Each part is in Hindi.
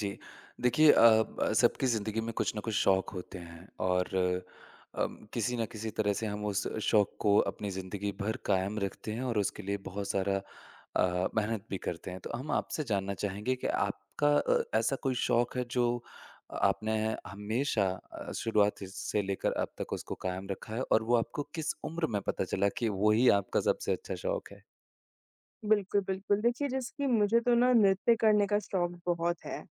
जी। देखिए अ, ब सबकी ज़िंदगी में कुछ न कुछ शौक होते हैं और किसी न किसी तरह से हम उस शौक को अपनी ज़िंदगी भर कायम रखते हैं और उसके लिए बहुत सारा मेहनत भी करते हैं। तो हम आपसे जानना चाहेंगे कि आपका ऐसा कोई शौक है जो आपने हमेशा शुरुआत से लेकर अब तक उसको कायम रखा है और वो आपको किस उम्र में पता चला कि वही आपका सबसे अच्छा शौक है? बिल्कुल, बिल्कुल। देखिए, जैसे कि मुझे तो ना नृत्य करने का शौक बहुत है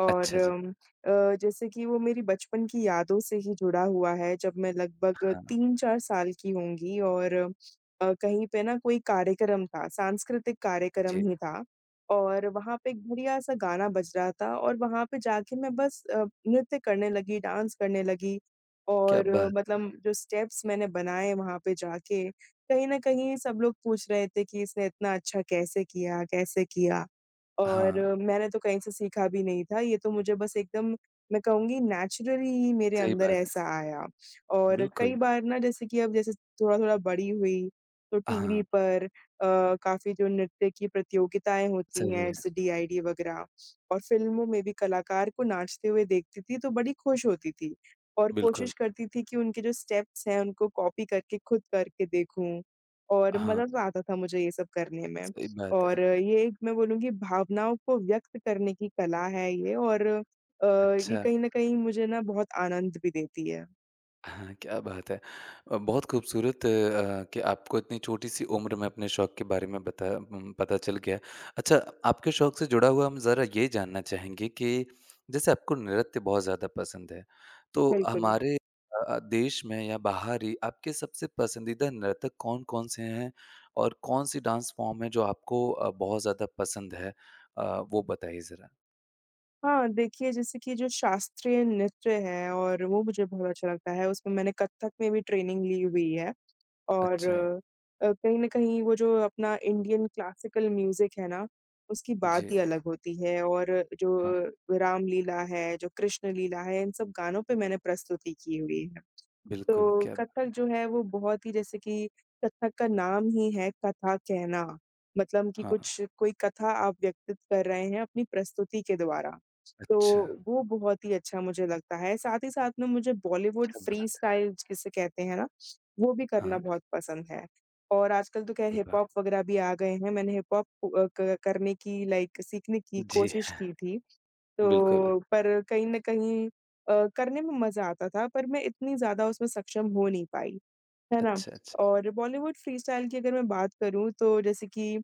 और अच्छा जी। जैसे कि वो मेरी बचपन की यादों से ही जुड़ा हुआ है, जब मैं लगभग हाँ। 3-4 साल की होंगी और कहीं पे ना कोई कार्यक्रम था, सांस्कृतिक कार्यक्रम जी, ही था और वहाँ पे एक बढ़िया-सा गाना बज रहा था और वहाँ पे जाके मैं बस नृत्य करने लगी, डांस करने लगी क्या और बात! मतलब जो स्टेप्स मैंने बनाए वहाँ पे जाके कहीं न कहीं सब लोग पूछ रहे थे कि इसने इतना अच्छा कैसे किया, कैसे किया? और हाँ, मैंने तो कहीं से सीखा भी नहीं था, ये तो मुझे बस एकदम मैं कहूँगी नेचुरली ही मेरे सही अंदर बात है। ऐसा आया। और कई बिल्कुल। बार ना जैसे कि अब जैसे थोड़ा-थोड़ा बड़ी हुई, तो टीवी हाँ, पर काफ़ी जो नृत्य की प्रतियोगिताएँ होती सही हैं, है। जैसे डीआईडी वगैरह और फ़िल्मों में भी कलाकार को नाचते हुए देखती थी, तो बड़ी खुश होती थी और कोशिश बिल्कुल, करती थी कि उनके जो स्टेप्स हैं, उनको कॉपी करके खुद करके देखूँ और हाँ, मज़ा तो आता था मुझे ये सब करने में। सही बात और है। ये एक मैं बोलूँगी भावनाओं को व्यक्त करने की कला है ये और ये अच्छा, कहीं न कहीं मुझे ना बहुत आनंद भी देती है। हाँ, क्या बात है। बहुत खूबसूरत कि आपको इतनी छोटी-सी उम्र में अपने शौक के बारे में पता चल गया। अच्छा, आपके शौक से जुड़ा हुआ हम ज़रा ये जानना चाहेंगे कि जैसे आपको नृत्य बहुत ज़्यादा पसंद है, तो बिल्कुल। हमारे देश में या बाहर ही आपके सबसे पसंदीदा नर्तक कौन-कौन से हैं? और कौन-सी डांस फॉर्म है जो आपको बहुत ज़्यादा पसंद है? अ, वो बताइए ज़रा। हाँ, देखिए जैसे कि जो शास्त्रीय नृत्य है और वो मुझे बहुत अच्छा लगता है, उसमें मैंने कथक में भी ट्रेनिंग ली हुई है और अच्छा। कहीं न कहीं वो जो अपना इंडियन क्लासिकल म्यूज़िक है ना, उसकी बात जी, ही अलग होती है और जो हाँ, रामलीला है, जो कृष्ण लीला है, इन सब गानों पे मैंने प्रस्तुति की हुई है। बिल्कुल, तो क्या कथक बात जो है। है वो बहुत ही जैसे कि कथक का नाम ही है कथा कहना। मतलब कि हाँ, कुछ कोई कथा आप व्यक्तित कर रहे हैं अपनी प्रस्तुति के द्वारा। तो अच्छा, वो बहुत ही अच्छा मुझे लगता है। साथ ही साथ में मुझे बॉलीवुड क्या फ्री बात है। स्टाइल जिसे कहते हैं ना, वो भी करना हाँ, बहुत पसंद है। और आजकल तो ख़ैर क्या हिप बात हॉप वग़ैरह भी आ गए हैं। मैंने हिप हॉप अ, क करने की लाइक सीखने की जी, कोशिश की थी। बिल्कुल, तो पर कहीं न कहीं करने में मज़ा आता था, पर मैं इतनी ज़्यादा उसमें सक्षम हो नहीं पाई। है ना? अच्छा, अच्छा, और बॉलीवुड फ्रीस्टाइल की अगर मैं बात करूँ तो जैसे कि अ,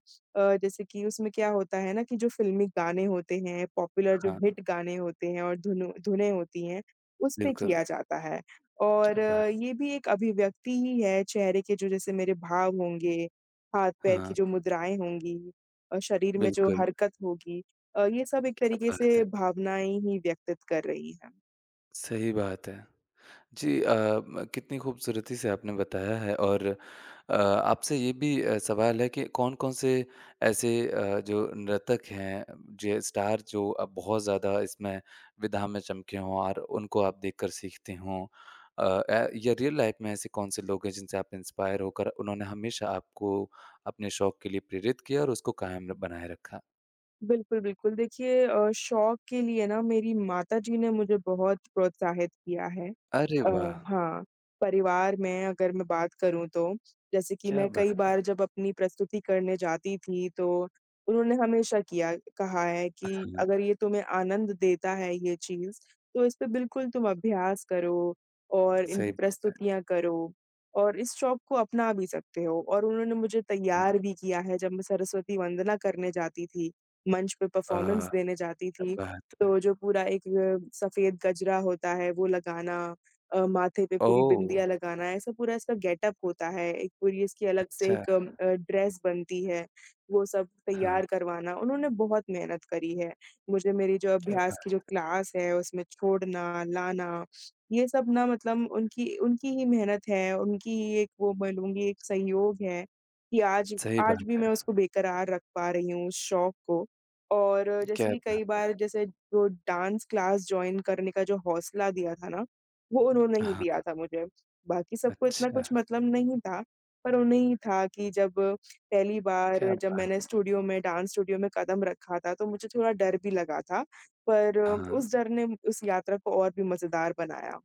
जैसे कि उसमें क्या होता है ना कि जो फ़िल्मी गाने होते हैं, पॉपुलर जो हाँ, हिट गाने होते हैं और धुनों धुनें होती हैं, उस पे बिल्कुल, किया जाता है। और क्या बात ये भी एक अभिव्यक्ति ही है चेहरे के जो जैसे मेरे भाव होंगे, हाथ-पैर की हाँ, जो मुद्राएँ होंगी और शरीर में जो बिल्कुल, हरकत होगी ये सब एक क्या तरीके बात है। से भावनाएँ ही व्यक्तित कर रही हैं। सही बात है। जी अ, म कितनी खूबसूरती से आपने बताया है और आपसे ये भी सवाल है कि कौन-कौन से ऐसे जो नर्तक हैं जो स्टार जो अब बहुत ज़्यादा इसमें विधा में चमके हों और उनको आप देखकर सीखते हों? अ, ए या रियल लाइफ़ में ऐसे कौन से लोग हैं जिनसे आप इंस्पायर होकर उन्होंने हमेशा आपको अपने शौक के लिए प्रेरित किया और उसको बनाए रखा? बिल्कुल, बिल्कुल। देखिए शौक के लिए ना मेरी माताजी ने मुझे बहुत प्रोत्साहित किया है। अरे वाह! हाँ, परिवार में अगर मैं बात करूँ तो, जैसे कि क्या मैं कई बात है! बार जब अपनी प्रस्तुति करने जाती थी तो उन्होंने हमेशा किया कहा है कि अगर हाँ, ये तुम्हें आनंद देता है ये चीज़, तो इस पे बिल्कुल तुम अभ्यास करो और इनकी सही बात प्रस्तुतियाँ करो और इस शौक को अपना भी सकते हो। और उन्होंने मुझे हाँ, तैयार भी किया है जब मैं सरस्वती वंदना करने जाती थी, मंच पे परफॉर्मेंस वाह! देने जाती क्या थी, बात है! तो जो पूरा एक सफ़ेद गजरा होता है वो लगाना, माथे पे पूरी ओह! बिंदिया लगाना, ऐसा पूरा इसका गेटअप होता है, एक पूरी इसकी अलग से अच्छा। एक ड्रेस बनती है, वो सब हाँ, तैयार करवाना, उन्होंने बहुत मेहनत करी है। मुझे मेरी जो क्या अभ्यास की जो बात क्लास है उसमें छोड़ना, लाना, ये सब ना मतलब उनकी उनकी ही मेहनत है, उनकी ही एक वो बोलूँगी एक सहयोग है, कि आज सही आज भी बात मैं है। उसको बरकरार रख पा रही हूँ, उस शौक को। और जैसे क्या कि कई बात बार जैसे जो डांस क्लास जॉइन करने का जो हौसला दिया था ना, वो उन्होंने ही हाँ, दिया था मुझे। बाकी सबको इतना अच्छा, कुछ मतलब नहीं था, पर उन्हें ही था कि जब पहली क्या बार जब बात मैंने स्टूडियो में डांस स्टूडियो में कदम रखा था, तो मुझे थोड़ा डर भी लगा था, पर हाँ, उस डर ने उस यात्रा को और भी मज़ेदार बनाया।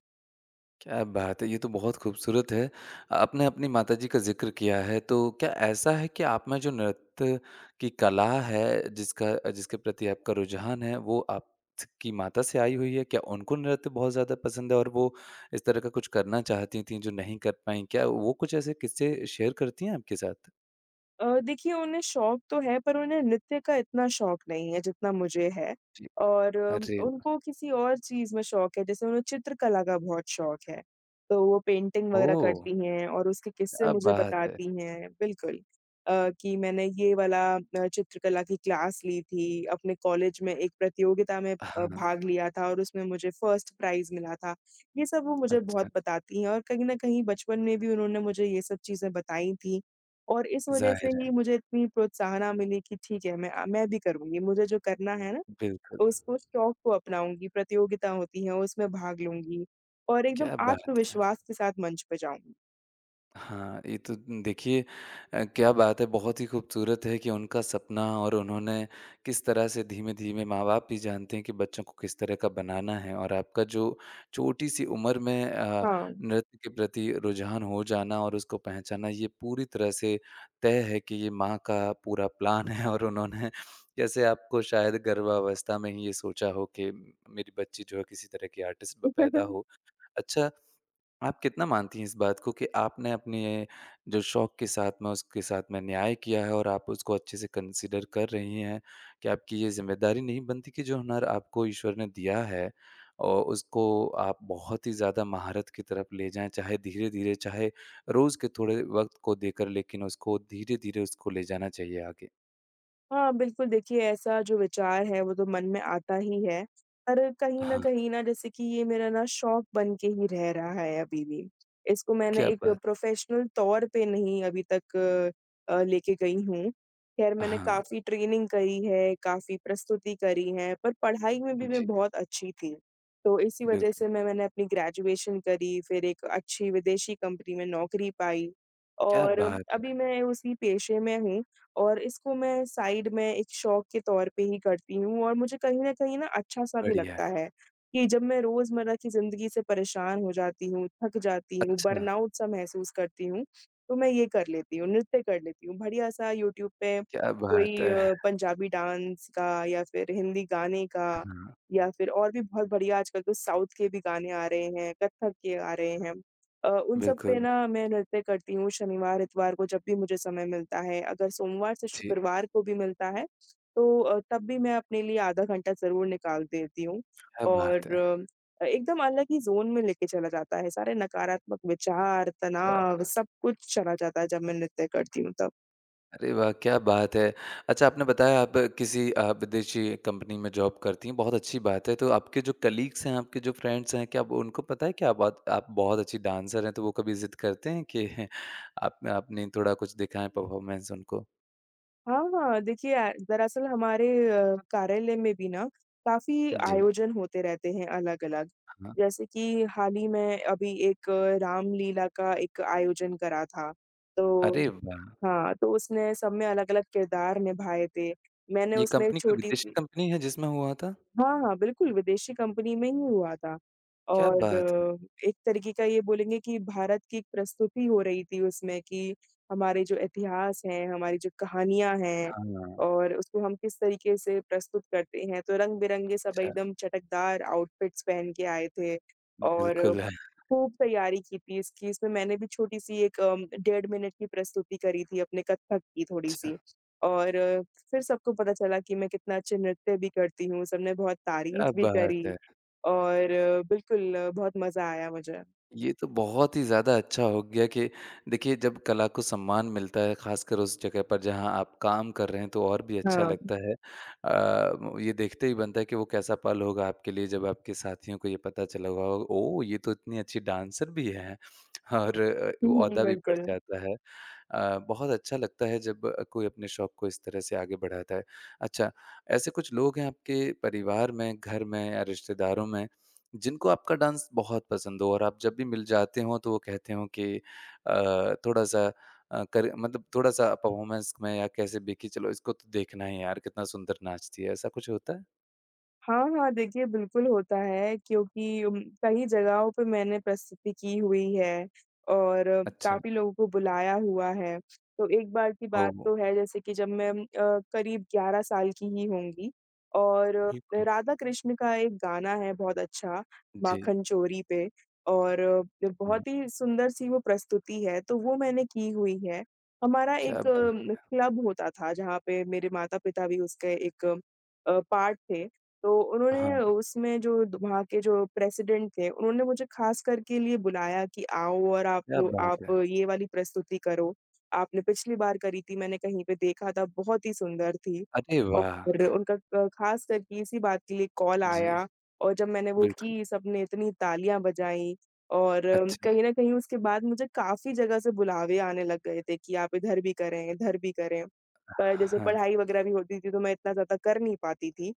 क्या बात है! ये तो बहुत खूबसूरत है। आपने अपनी माताजी का ज़िक्र किया है, तो क्या ऐसा है कि आप में जो नृत्य की कला है, जिसका जिसके प्रति आपका रुझान है, वो आपकी माता से आई हुई है? क्या उनको नृत्य बहुत ज़्यादा पसंद है और वो इस तरह का कुछ करना चाहती थीं, जो नहीं कर पाईं? क्या वो कुछ ऐसे किस्से शेयर करती हैं आपके साथ? देखिए उन्हें शौक तो है पर उन्हें नृत्य का इतना शौक नहीं है जितना मुझे है जी। और अरे वाह! उनको किसी और चीज़ में शौक है, जैसे उन्हें चित्रकला का बहुत शौक है। तो वो पेंटिंग वग़ैरह अच्छा ओह! करती हैं और उसके किस्से क्या मुझे बात है! बताती हैं बिल्कुल, कि मैंने ये वाला चित्रकला की क्लास ली थी, अपने कॉलेज में एक प्रतियोगिता में हाँ, भाग लिया था और उसमें मुझे फर्स्ट प्राइज़ मिला था। ये सब वो मुझे बहुत अच्छा। बताती हैं और कहीं न कहीं बचपन में भी उन्होंने मुझे ये सब चीज़ें बताई थी। और इस वजह से ज़ाहिर ही है, मुझे इतनी प्रोत्साहना मिली कि ठीक है, मैं भी करूँगी। मुझे जो करना है ना बिल्कुल, उसको शौक को अपनाऊँगी, प्रतियोगिता होती है उसमें भाग लूँगी और एकदम क्या बात है! आत्मविश्वास के साथ मंच पे जाऊँगी। हाँ, ये तो देखिए क्या बात है, बहुत ही खूबसूरत है कि उनका सपना और उन्होंने किस तरह से धीमे-धीमे माँ-बाप भी जानते हैं कि बच्चों को किस तरह का बनाना है और आपका जो छोटी-सी उम्र में हाँ। नृत्य के प्रति रुझान हो जाना और उसको पहचाना, ये पूरी तरह से तय है कि ये माँ का पूरा प्लान है और उन्होंने जैसे आपको शायद गर्भावस्था में ही ये सोचा हो कि मेरी बच्ची जो है किसी तरह की आर्टिस्ट ब पैदा हो। अच्छा आप कितना मानती हैं इस बात को कि आपने अपने जो शौक के साथ में, उसके साथ में न्याय किया है और आप उसको अच्छे से कंसीडर कर रही हैं कि आपकी ये ज़िम्मेदारी नहीं बनती कि जो हुनर आपको ईश्वर ने दिया है और उसको आप बहुत ही ज़्यादा महारत की तरफ ले जाएँ, चाहे धीरे-धीरे, चाहे रोज़ के थोड़े वक़्त को देकर लेकिन उसको धीरे-धीरे उसको ले जाना चाहिए आगे। हाँ, बिल्कुल। देखिए ऐसा जो विचार है वो तो मन में आता ही है। पर कहीं न हाँ, कहीं ना जैसे कि ये मेरा ना शौक बन के ही रह रहा है अभी भी। इसको मैंने क्या एक बात प्रोफ़ेशनल तौर पे नहीं अभी तक लेके गई हूँ। ख़ैर मैंने हाँ, काफ़ी ट्रेनिंग करी है, काफ़ी प्रस्तुति करी है, पर पढ़ाई में भी मैं जी, बहुत अच्छी थी। तो इसी वजह से बिल्कुल। मैंने अपनी ग्रेजुएशन करी, फ़िर एक अच्छी विदेशी कंपनी में नौकरी पाई क्या और बात अभी है! मैं उसी पेशे में हूँ। और इसको मैं साइड में एक शौक के तौर पे ही करती हूँ और मुझे कहीं न कहीं ना अच्छा-सा भी बढ़िया है। लगता है, कि जब मैं रोज़मर्रा की ज़िंदगी से परेशान हो जाती हूँ, थक जाती हूँ, अच्छा, बर्नआउट-सा महसूस करती हूँ, तो मैं ये कर लेती हूँ, नृत्य कर लेती हूँ। बढ़िया-सा यूट्यूब पे क्या बात कोई है! पंजाबी डांस का या फिर हिंदी गाने का हाँ, या फिर और भी बहुत बढ़िया आजकल तो साउथ के भी गाने आ रहे हैं, कत्थक के आ रहे हैं। उन सब पे बिल्कुल, ना मैं नृत्य करती हूँ शनिवार, इतवार को जब भी मुझे समय मिलता है। अगर सोमवार से जी। शुक्रवार को भी मिलता है, तो तब भी मैं अपने लिए आधा घंटा ज़रूर निकाल देती हूँ क्या बात और है! एकदम अलग ही ज़ोन में लेके चला जाता है। सारे नकारात्मक विचार, अच्छा, तनाव सब कुछ चला जाता है जब मैं नृत्य करती हूँ तब। अरे वाह! क्या बात है। अच्छा आपने बताया आप किसी विदेशी कंपनी में जॉब करती हैं, बहुत अच्छी बात है। तो आपके जो कलीग्स हैं, आपके जो फ्रेंड्स हैं, क्या वो उनको पता है कि आप बहुत अच्छी डांसर हैं, तो वो कभी ज़िद करते हैं कि आप आपने थोड़ा कुछ दिखाएँ परफॉर्मेंस उनको? हाँ, हाँ। देखिए दरअसल हमारे कार्यालय में भी ना काफ़ी जी, आयोजन होते रहते हैं अलग-अलग। हाँ। जैसे कि हाल ही में अभी एक रामलीला का एक आयोजन करा था। तो अरे वाह! हाँ, तो उसमें सब में अलग-अलग किरदार निभाए थे। मैंने ये उसमें एक कंपनी कोई विदेशी छोटी-सी। कंपनी है जिसमें हुआ था? हाँ, हाँ, बिल्कुल, विदेशी कंपनी में ही हुआ था क्या और बात है! एक तरीके का ये बोलेंगे कि भारत की एक प्रस्तुति हो रही थी उसमें कि हमारे जो इतिहास हैं, हमारी जो कहानियाँ हैं हाँ, और उसको हम किस तरीके से प्रस्तुत करते हैं, तो रंग-बिरंगे सब अच्छा, एकदम चटकदार आउटफिट्स पहन के आए थे और बिल्कुल, है। खूब तैयारी की थी इसकी। इसमें मैंने भी छोटी-सी एक 1.5 मिनट की प्रस्तुति करी थी अपने कथक की अच्छा, थोड़ी-सी और फिर सबको पता चला कि मैं कितना अच्छे नृत्य भी करती हूँ, सबने बहुत क्या तारीफ़ भी करी बात है! और बिल्कुल बहुत मज़ा आया मुझे। ये तो बहुत ही ज़्यादा अच्छा हो गया कि देखिए जब कला को सम्मान मिलता है ख़ासकर उस जगह पर जहाँ आप काम कर रहे हैं तो और भी अच्छा हाँ। लगता है। ये देखते ही बनता है कि वो कैसा पल होगा आपके लिए जब आपके साथियों को ये पता चला होगा ओह! ये तो इतनी अच्छी डांसर भी है और हुँ, वो हुँ, ओहदा भी बढ़ बिल्कुल। जाता है। बहुत अच्छा लगता है जब कोई अपने शौक को इस तरह से आगे बढ़ाता है। अच्छा ऐसे कुछ लोग हैं आपके परिवार में, घर में या रिश्तेदारों में जिनको आपका डांस बहुत पसंद हो और आप जब भी मिल जाते हो तो वो कहते हो कि थोड़ा-सा अ, कर मतलब थोड़ा-सा परफॉर्मेंस में या कैसे भी कि चलो इसको तो देखना ही है यार कितना सुंदर नाचती है, ऐसा कुछ होता है? हाँ, हाँ, देखिए बिल्कुल होता है, क्योंकि कई जगहों पे मैंने प्रस्तुति की हुई है और अच्छा, काफ़ी लोगों को बुलाया हुआ है। तो एक बार की बात ओह! तो है जैसे कि जब मैं करीब 11 साल की ही होंगी और बिल्कुल। राधा कृष्ण का एक गाना है बहुत अच्छा जी। माखन चोरी पे और हुँ, बहुत ही सुंदर-सी वो प्रस्तुति है, तो वो मैंने की हुई है। हमारा क्या एक बात क्लब होता था जहाँ पे मेरे माता-पिता भी उसके एक पार्ट थे। तो उन्होंने हाँ, उसमें जो वहाँ के जो प्रेसिडेंट थे, उन्होंने मुझे ख़ासकर के लिए बुलाया कि आओ और आप क्या लो, बात आप है! ये वाली प्रस्तुति करो। आपने पिछली बार करी थी, मैंने कहीं पे देखा था, बहुत ही सुंदर थी। अरे वाह! और उनका ख़ासकर के इसी बात के लिए कॉल जी, आया और जब मैंने वो बिल्कुल। की, सबने इतनी तालियाँ बजाई और अच्छा, कहीं न कहीं उसके बाद मुझे काफ़ी जगह से बुलावे आने लग गए थे कि आप इधर भी करें, इधर भी करें। पर जैसे हाँ, पढ़ाई वग़ैरह भी होती थी, तो मैं इतना ज़्यादा कर नहीं पाती थी।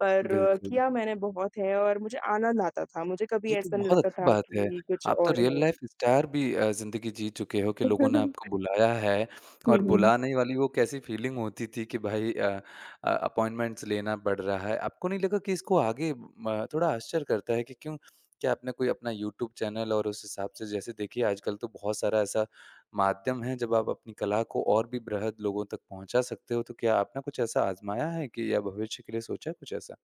पर बिल्कुल। किया मैंने बहुत है और मुझे आनंद आता था, मुझे कभी ये तो ऐसा नहीं बहुत लगता अच्छी था बात है। कि कुछ आप तो और रियल हो। लाइफ स्टार भी ज़िंदगी जी चुके हो कि लोगों ने आपको बुलाया है हुँ, और हुँ। बुलाने वाली वो कैसी फीलिंग होती थी कि भाई, अपॉइंटमेंट्स लेना पड़ रहा है। आपको नहीं लगा कि इसको आगे म थोड़ा आश्चर्य करता है कि क्यों क्या आपने कोई अपना यूट्यूब चैनल और उस हिसाब से जैसे देखिए आजकल तो बहुत सारा ऐसा माध्यम है जब आप अपनी कला को और भी बृहद लोगों तक पहुँचा सकते हो, तो क्या आपने कुछ ऐसा आज़माया है कि या भविष्य के लिए सोचा है कुछ ऐसा?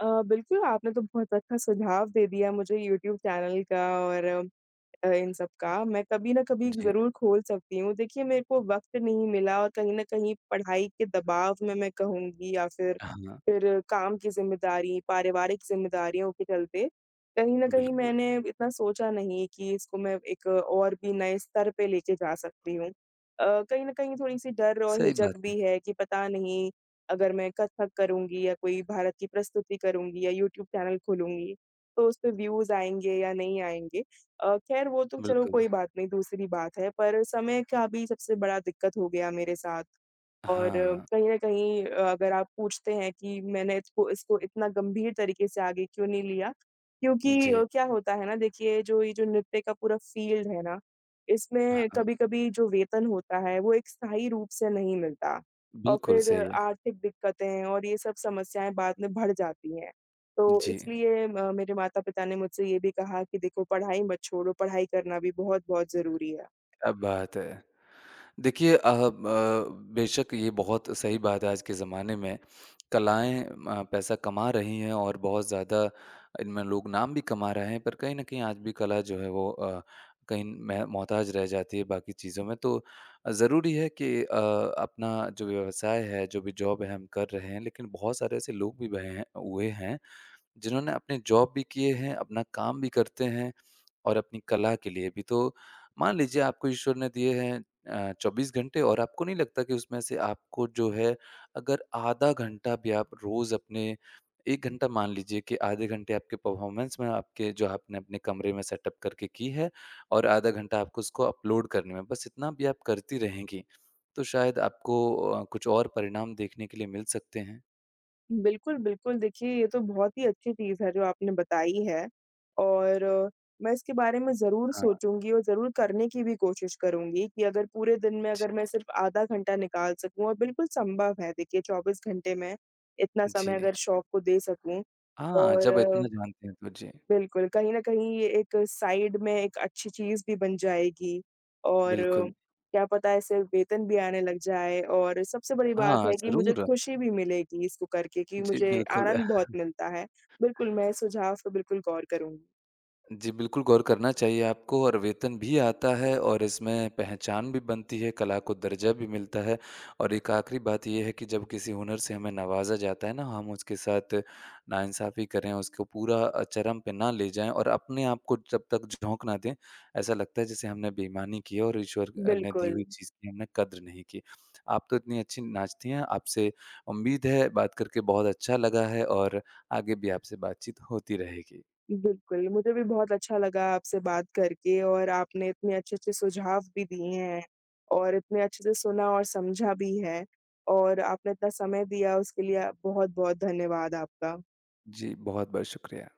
बिल्कुल, आपने तो बहुत अच्छा सुझाव दे दिया मुझे यूट्यूब चैनल का और इन सब का, मैं कभी न कभी जी। ज़रूर खोल सकती हूँ। देखिए मेरे को वक़्त नहीं मिला और कहीं न कहीं पढ़ाई के दबाव में मैं कहूँगी या फिर हाँ, काम की ज़िम्मेदारी, पारिवारिक ज़िम्मेदारियों के चलते, कहीं न कहीं बिल्कुल। मैंने इतना सोचा नहीं कि इसको मैं एक और भी नए स्तर पे लेके जा सकती हूँ। कहीं न कहीं थोड़ी-सी डर और सही हिचक बात है। भी है कि पता नहीं अगर मैं कथक करूँगी या कोई भारत की प्रस्तुति करूँगी या यूट्यूब चैनल खोलूँगी, तो उस पे व्यूज़ आएँगे या नहीं आएँगे। खैर वो तो चलो बिल्कुल। कोई बात नहीं, दूसरी बात है, पर समय का भी सबसे बड़ा दिक्कत हो गया मेरे साथ। और हाँ, कहीं न कहीं अगर आप पूछते हैं कि मैंने इसको इसको इतना गंभीर तरीके से आगे क्यों नहीं लिया? क्योंकि जी, क्या होता है ना, देखिए जो ये जो नृत्य का पूरा फ़ील्ड है ना, इसमें हाँ, कभी-कभी जो वेतन होता है वो एक स्थायी रूप से नहीं मिलता और बिल्कुल फिर सही है। आर्थिक दिक्कतें और ये सब समस्याएँ बाद में बढ़ जाती हैं। तो जी, इसलिए म मेरे माता-पिता ने मुझसे ये भी कहा कि देखो पढ़ाई मत छोड़ो, पढ़ाई करना भी बहुत-बहुत ज़रूरी है। क्या बात है! देखिए अ, ब बेशक ये बहुत सही बात है आज के ज़माने में, कलाएँ पैसा कमा रही हैं और बहुत ज़्यादा इनमें लोग नाम भी कमा रहे हैं, पर कहीं न कहीं आज भी कला जो है वो कहीं मह मोहताज रह जाती है बाकी चीज़ों में। तो ज़रूरी है कि अपना जो व्यवसाय है, जो भी जॉब है हम कर रहे हैं, लेकिन बहुत सारे ऐसे लोग भी बहे हैं हुए हैं जिन्होंने अपने जॉब भी किए हैं, अपना काम भी करते हैं और अपनी कला के लिए भी। तो मान लीजिए आपको ईश्वर ने दिए हैं 24 घंटे और आपको नहीं लगता कि उसमें से आपको जो है अगर आधा घंटा भी आप रोज़ अपने 1 घंटा मान लीजिए कि आधे घंटे आपके परफॉर्मेंस में आपके जो आपने अपने कमरे में सेटअप करके की है और आधा घंटा आपको उसको अपलोड करने में, बस इतना भी आप करती रहेंगी, तो शायद आपको कुछ और परिणाम देखने के लिए मिल सकते हैं। बिल्कुल, बिल्कुल। देखिए, ये तो बहुत ही अच्छी चीज़ है जो आपने बताई है और मैं इसके बारे में ज़रूर हाँ, सोचूँगी और ज़रूर करने की भी कोशिश करूँगी कि अगर पूरे दिन में अगर मैं जी। सिर्फ़ आधा घंटा निकाल सकूँ, और बिल्कुल संभव है देखिए 24 घंटे में इतना समय जी। अगर शौक को दे सकूँ हाँ, और जब इतना जानते हैं तो जी, बिल्कुल, कहीं न कहीं ये एक साइड में एक अच्छी चीज़ भी बन जाएगी और बिल्कुल। क्या पता इससे वेतन भी आने लग जाए, और सबसे बड़ी बात हाँ, है कि मुझे ज़रूर। खुशी भी मिलेगी इसको करके कि जी, मुझे बिल्कुल। आनंद बहुत मिलता है। बिल्कुल, मैं इस सुझाव पे बिल्कुल गौर करूँगी। जी, बिल्कुल गौर करना चाहिए आपको और वेतन भी आता है और इसमें पहचान भी बनती है, कला को दर्जा भी मिलता है और एक आखिरी बात ये है कि जब किसी हुनर से हमें नवाज़ा जाता है ना, हम उसके साथ नाइंसाफ़ी करें, उसको पूरा चरम पे ना ले जाएँ और अपने आप को जब तक झोंक ना दें, ऐसा लगता है जैसे हमने बेईमानी की है और ईश्वर ने दी बिल्कुल, हुई चीज़ की हमने कद्र नहीं की। आप तो इतनी अच्छी नाचती हैं, आपसे उम्मीद है बात करके बहुत अच्छा लगा है और आगे भी आपसे बातचीत होती रहेगी। बिल्कुल, मुझे भी बहुत अच्छा लगा आपसे बात करके और आपने इतने अच्छे-अच्छे सुझाव भी दिए हैं और इतने अच्छे से सुना और समझा भी है और आपने इतना समय दिया, उसके लिए बहुत-बहुत धन्यवाद आपका। जी, बहुत-बहुत शुक्रिया।